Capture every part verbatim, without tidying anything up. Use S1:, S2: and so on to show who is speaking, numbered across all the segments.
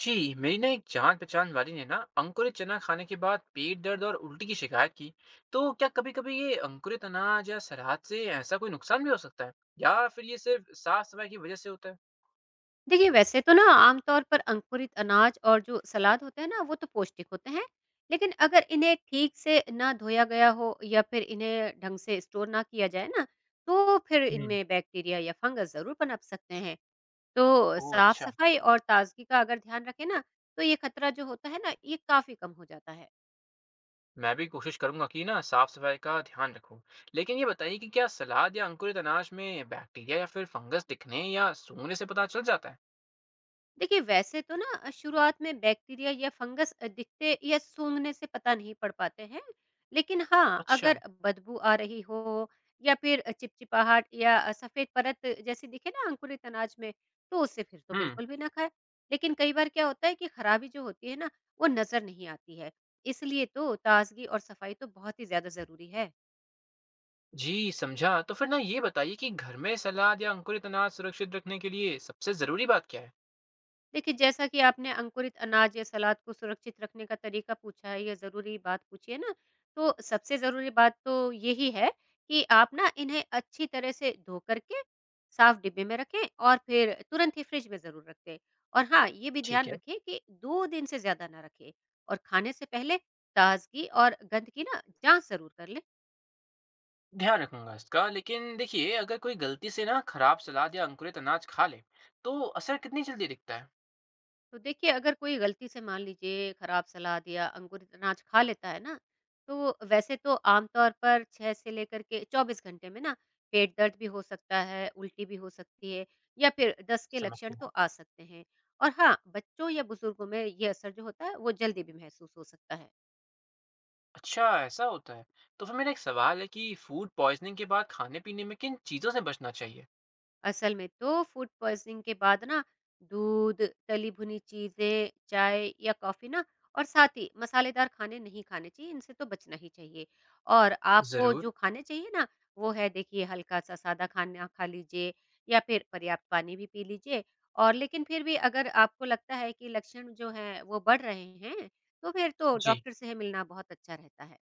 S1: जी, मेरी ना एक जान पहचान वाली ने ना अंकुरित चना खाने के बाद पेट दर्द और उल्टी की शिकायत की। तो क्या कभी कभी ये अंकुरित अनाज या सलाद से ऐसा कोई नुकसान भी हो सकता है? या फिर ये सिर्फ साफ सफाई की वजह से होता है?
S2: देखिए, वैसे तो ना आमतौर पर अंकुरित अनाज और जो सलाद होते हैं ना, वो तो पौष्टिक होते हैं। लेकिन अगर इन्हें ठीक से ना धोया गया हो या फिर इन्हें ढंग से स्टोर ना किया जाए ना, तो फिर
S1: हम्म।
S2: इनमें बैक्टीरिया या फंगस जरूर पनप सकते हैं। तो
S1: ओह
S2: साफ
S1: अच्छा।
S2: सफाई और ताजगी का अगर ध्यान रखें ना, तो ये खतरा जो होता है ना, ये काफी कम हो जाता है।
S1: मैं भी कोशिश करूंगा कि ना साफ सफाई का ध्यान रखूं। लेकिन ये बताइए कि क्या सलाद या अंकुरित अनाज में बैक्टीरिया या फिर फंगस दिखने या सूंघने से पता चल जाता है?
S2: देखिए, वैसे तो ना शुरुआत में बैक्टीरिया या फंगस दिखते या सूंघने से पता नहीं पड़ पाते हैं। लेकिन हाँ,
S1: अच्छा।
S2: अगर बदबू आ रही हो या फिर चिपचिपाहट या सफेद परत जैसी दिखे ना अंकुरित अनाज में, तो उसे फिर तो
S1: हम्म।
S2: बिल्कुल भी ना खाए। लेकिन कई बार क्या होता है कि खराबी जो होती है ना, वो नजर नहीं आती है। इसलिए तो ताजगी और सफाई तो बहुत ही ज्यादा जरूरी है।
S1: जी समझा। तो फिर ना ये बताइए कि घर में सलाद या अंकुरित अनाज सुरक्षित रखने के लिए सबसे जरूरी बात क्या है?
S2: देखिए, जैसा कि आपने अंकुरित अनाज या सलाद को सुरक्षित रखने का तरीका पूछा है या ज़रूरी बात पूछी है ना, तो सबसे ज़रूरी बात तो यही है कि आप ना इन्हें अच्छी तरह से धो कर के साफ डिब्बे में रखें और फिर तुरंत ही फ्रिज में ज़रूर रख दें। और हाँ, ये भी
S1: ठीक
S2: ध्यान
S1: है,
S2: रखें कि दो दिन से ज़्यादा ना रखें। और खाने से पहले ताज़गी और गंध की ना जाँच ज़रूर कर लें।
S1: ध्यान रखूंगा इसका। लेकिन देखिए, अगर कोई गलती से ना खराब सलाद या अंकुरित अनाज खा ले, तो असर कितनी जल्दी दिखता है?
S2: तो देखिए, अगर कोई गलती से मान लीजिए खराब सलाद या अंकुरित अनाज खा लेता है ना, तो वैसे तो आमतौर पर छह से लेकर के चौबीस घंटे में ना पेट दर्द भी हो सकता है, उल्टी भी हो सकती है या फिर दस्त के
S1: समझ
S2: लक्षण तो
S1: गया।
S2: आ सकते हैं। और हाँ, बच्चों या बुजुर्गों में ये असर जो होता है वो जल्दी भी महसूस हो सकता है।
S1: अच्छा, ऐसा होता है? तो फिर मेरा एक सवाल है कि फूड पॉइजनिंग के बाद खाने पीने में किन चीज़ों से बचना चाहिए?
S2: असल में तो फूड पॉइजनिंग के बाद ना दूध, तली भुनी चीजें, चाय या कॉफी ना और साथ ही मसालेदार खाने नहीं खाने चाहिए, इनसे तो बचना ही चाहिए। और आपको
S1: जरूर।
S2: जो खाने चाहिए ना, वो है, देखिए हल्का सा सादा खाना खा लीजिए या फिर पर्याप्त पानी भी पी लीजिए। और लेकिन फिर भी अगर आपको लगता है कि लक्षण जो हैं वो बढ़ रहे हैं, तो फिर तो
S1: जी।
S2: डॉक्टर से मिलना बहुत अच्छा रहता है।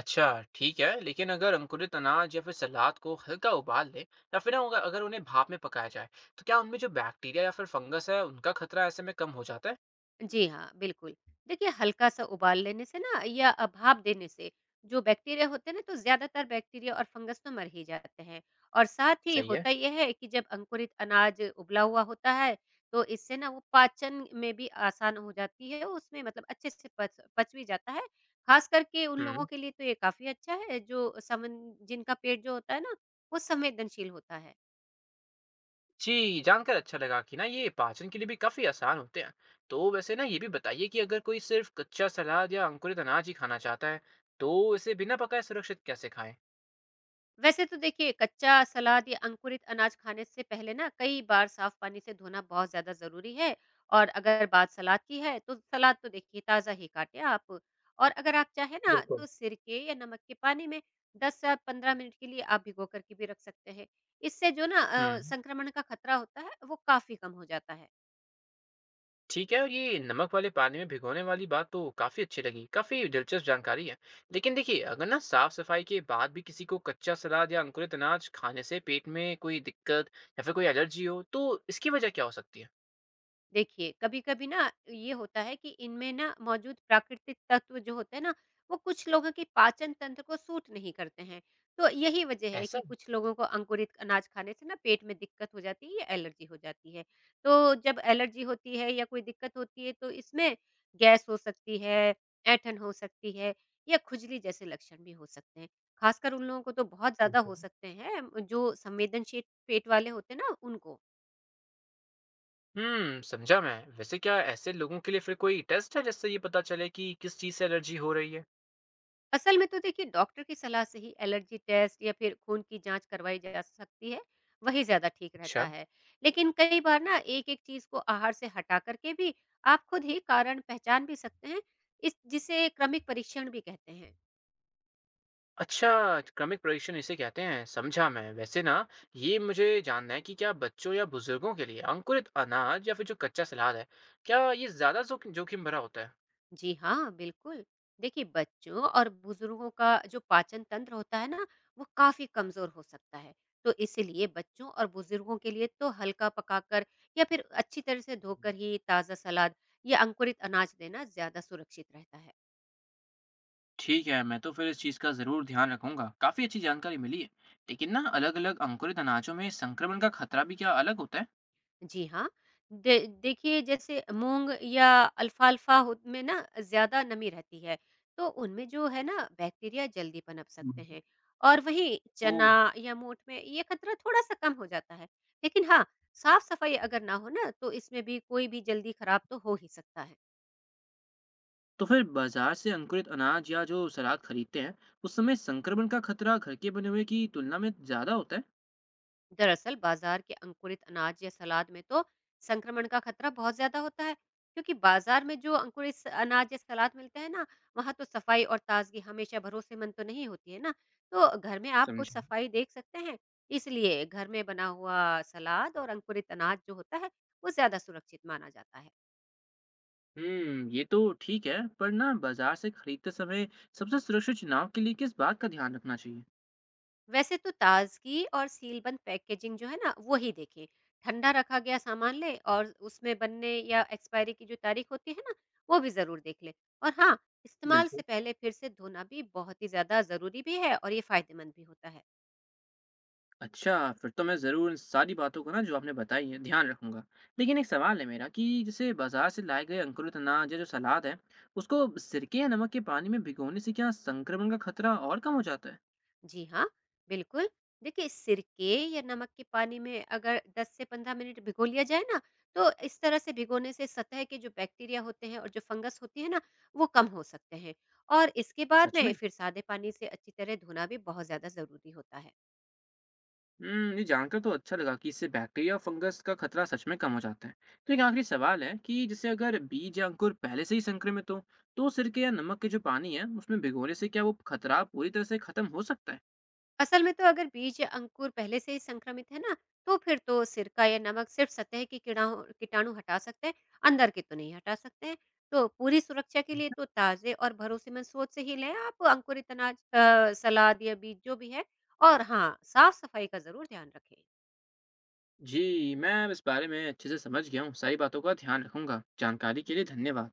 S1: अच्छा। ठीक है, लेकिन अगर अंकुरित अनाज या फिर सलाद को हल्का उबाल ले, या फिर ना अगर अगर उन्हें भाप में पकाया जाए, तो क्या उनमें जो बैक्टीरिया या फिर फंगस है उनका खतरा ऐसे में कम हो जाता है?
S2: जी हाँ, बिल्कुल। देखिए, हल्का-सा उबाल लेने से ना या अ, भाप देने से जो बैक्टीरिया होते हैं ना, तो ज़्यादातर बैक्टीरिया और फंगस तो मर ही जाते हैं। और साथ ही
S1: सही है।
S2: होता ये है कि जब अंकुरित अनाज उबला हुआ होता है, तो इससे ना वो पाचन में भी आसान हो जाती है, उसमें मतलब अच्छे से पच पच भी जाता है। ख़ास करके उन लोगों
S1: हम्म।
S2: के लिए तो ये काफ़ी अच्छा है जो समन जिनका पेट जो होता है ना, वो संवेदनशील होता है।
S1: जी, जानकर अच्छा लगा कि ना ये पाचन के लिए भी काफ़ी आसान होते हैं। तो वैसे ना ये भी बताइए कि अगर कोई सिर्फ़ कच्चा सलाद या अंकुरित अनाज ही खाना चाहता है, तो इसे बिना पकाए सुरक्षित कैसे खाएँ?
S2: वैसे तो देखिए, कच्चा सलाद या अंकुरित अनाज खाने से पहले ना कई बार साफ पानी से धोना बहुत ज़्यादा ज़रूरी है। और अगर बात सलाद की है, तो सलाद तो देखिए ताज़ा ही काटें आप। और अगर आप चाहें ना,
S1: बिल्कुल।
S2: तो सिरके या नमक के पानी में दस से पंद्रह मिनट के लिए आप भिगो करके भी रख सकते हैं। इससे जो ना अ,
S1: हुँ,
S2: संक्रमण का खतरा होता है, वो काफ़ी कम हो जाता है।
S1: ठीक है। और ये नमक वाले पानी में भिगोने वाली बात तो काफ़ी अच्छी लगी, काफ़ी दिलचस्प जानकारी है। लेकिन देखिए, अगर ना साफ-सफाई के बाद भी किसी को कच्चा सलाद या अंकुरित अनाज खाने से पेट में कोई दिक्कत या फिर कोई एलर्जी हो, तो इसकी वजह क्या हो सकती है?
S2: देखिए, कभी-कभी ना ये होता है कि इनमें ना मौजूद प्राकृतिक तत्व जो होते हैं ना, वो कुछ लोगों के पाचन तंत्र को सूट नहीं करते हैं। तो यही वजह है
S1: ऐसा?
S2: कि कुछ लोगों को अंकुरित अनाज खाने से ना पेट में दिक्कत हो जाती है या एलर्जी हो जाती है। तो जब एलर्जी होती है या कोई दिक्कत होती है, तो इसमें गैस हो सकती है, ऐंठन हो सकती है या खुजली जैसे लक्षण भी हो सकते हैं। ख़ासकर उन लोगों को तो बहुत ज़्यादा हो सकते हैं जो संवेदनशील पेट वाले होते हैं ना उनको।
S1: हम्म, समझा मैं। वैसे क्या ऐसे लोगों के लिए फिर कोई टेस्ट है जिससे ये पता चले कि किस चीज़ से एलर्जी हो रही है?
S2: असल में तो देखिए, डॉक्टर की सलाह से ही एलर्जी टेस्ट या फिर खून की जांच करवाई जा सकती है, वही ज्यादा ठीक
S1: अच्छा।
S2: रहता है। लेकिन कई बार ना एक एक चीज को आहार से हटा करके भी आप खुद ही कारण पहचान भी सकते हैं, इस जिसे क्रमिक परीक्षण भी कहते हैं।
S1: अच्छा, क्रमिक परीक्षण इसे कहते हैं, समझा मैं। वैसे ना ये मुझे जानना है कि क्या बच्चों या बुजुर्गों के लिए अंकुरित अनाज या फिर जो कच्चा सलाद है, क्या ये ज़्यादा जोखिम जोखिम भरा होता है?
S2: जी हाँ, बिल्कुल। देखिए, बच्चों और बुज़ुर्गों का जो पाचन तंत्र होता है ना, वो काफ़ी कमज़ोर हो सकता है। तो इसलिए बच्चों और बुज़ुर्गों के लिए तो हल्का पकाकर या फिर अच्छी तरह से धोकर ही ताज़ा सलाद या अंकुरित अनाज देना ज़्यादा सुरक्षित रहता है।
S1: ठीक है, मैं तो फिर इस चीज़ का ज़रूर ध्यान रखूंगा। काफ़ी अच्छी जानकारी मिली है। लेकिन ना अलग अलग अंकुरित अनाजों में संक्रमण का खतरा भी क्या अलग होता है?
S2: जी हाँ। दे देखिए जैसे मूँग या अल्फ़ाल्फ़ा हो में ना ज़्यादा नमी रहती है, तो उनमें जो है ना बैक्टीरिया जल्दी पनप सकते हैं और वहीं चना
S1: हम्म।
S2: या मोठ में ये खतरा थोड़ा-सा कम हो जाता है। लेकिन हाँ, साफ़-सफ़ाई अगर ना हो ना, तो इसमें भी कोई भी जल्दी खराब तो हो ही सकता है।
S1: तो फिर बाजार से अंकुरित अनाज या जो सलाद खरीदते हैं उस समय संक्रमण का खतरा घर के बने हुए की तुलना में ज्यादा होता है?
S2: दरअसल बाजार के अंकुरित अनाज या सलाद में तो संक्रमण का खतरा बहुत ज्यादा होता है, क्योंकि बाजार में जो अंकुरित स- अनाज या सलाद मिलते हैं ना, वहाँ तो सफाई और ताजगी हमेशा भरोसेमंद तो नहीं होती है ना। तो घर में आप कुछ
S1: समझे।
S2: सफाई देख सकते हैं। इसलिए घर में बना हुआ सलाद और अंकुरित अनाज जो होता है, वो ज्यादा सुरक्षित माना जाता है।
S1: हम्म, ये तो ठीक है। पर ना बाजार से खरीदते समय सबसे सुरक्षित चुनाव के लिए किस बात का ध्यान रखना चाहिए?
S2: वैसे तो ताज़गी और सीलबंद पैकेजिंग जो है ना, वो ही देखें। ठंडा रखा गया सामान लें और उसमें बनने या एक्सपायरी की जो तारीख होती है ना, वो भी ज़रूर देख लें। और हाँ, इस्तेमाल
S1: बिल्कुल।
S2: से पहले फिर से धोना भी बहुत ही ज़्यादा ज़रूरी भी है और ये फ़ायदेमंद भी होता है।
S1: अच्छा। फिर तो मैं जरूर इन सारी बातों का ना जो आपने बताई है ध्यान रखूंगा। लेकिन एक सवाल है मेरा कि जैसे बाजार से लाए गए अंकुरित अनाज या जो सलाद है, उसको सिरके या नमक के पानी में भिगोने से क्या संक्रमण का खतरा और कम हो जाता है?
S2: जी हाँ, बिल्कुल। देखिए, सिरके या नमक के पानी में अगर दस से पंद्रह मिनट भिगो लिया जाए ना, तो इस तरह से भिगोने से सतह के जो बैक्टीरिया होते हैं और जो फंगस होती है ना, वो कम हो सकते हैं। और इसके बाद
S1: सच में।
S2: में फिर सादे पानी से अच्छी तरह धोना भी बहुत ज़्यादा ज़रूरी होता है।
S1: हम्म, ये जानकर तो अच्छा लगा कि इससे बैक्टीरिया और फंगस का खतरा सच में कम हो जाता है। तो एक आखिरी सवाल है कि जैसे अगर बीज या अंकुर पहले से ही संक्रमित हो, तो सिरके या नमक के जो पानी है उसमें भिगोने से क्या वो खतरा पूरी तरह से खत्म हो सकता है?
S2: असल में तो अगर बीज या अंकुर पहले से ही संक्रमित है ना, तो फिर तो सिरका या नमक सिर्फ सतह की कीड़ाणु कीटाणु हटा सकते हैं, अंदर के तो नहीं हटा सकते हैं। तो पूरी सुरक्षा के लिए तो ताजे और भरोसेमंद स्रोत से ही लें आप अंकुरित अनाज अ, सलाद या बीज जो भी है। और हाँ, साफ सफाई का जरूर ध्यान रखें।
S1: जी, मैं अब इस बारे में अच्छे से समझ गया हूँ। सारी बातों का ध्यान रखूंगा। जानकारी के लिए धन्यवाद।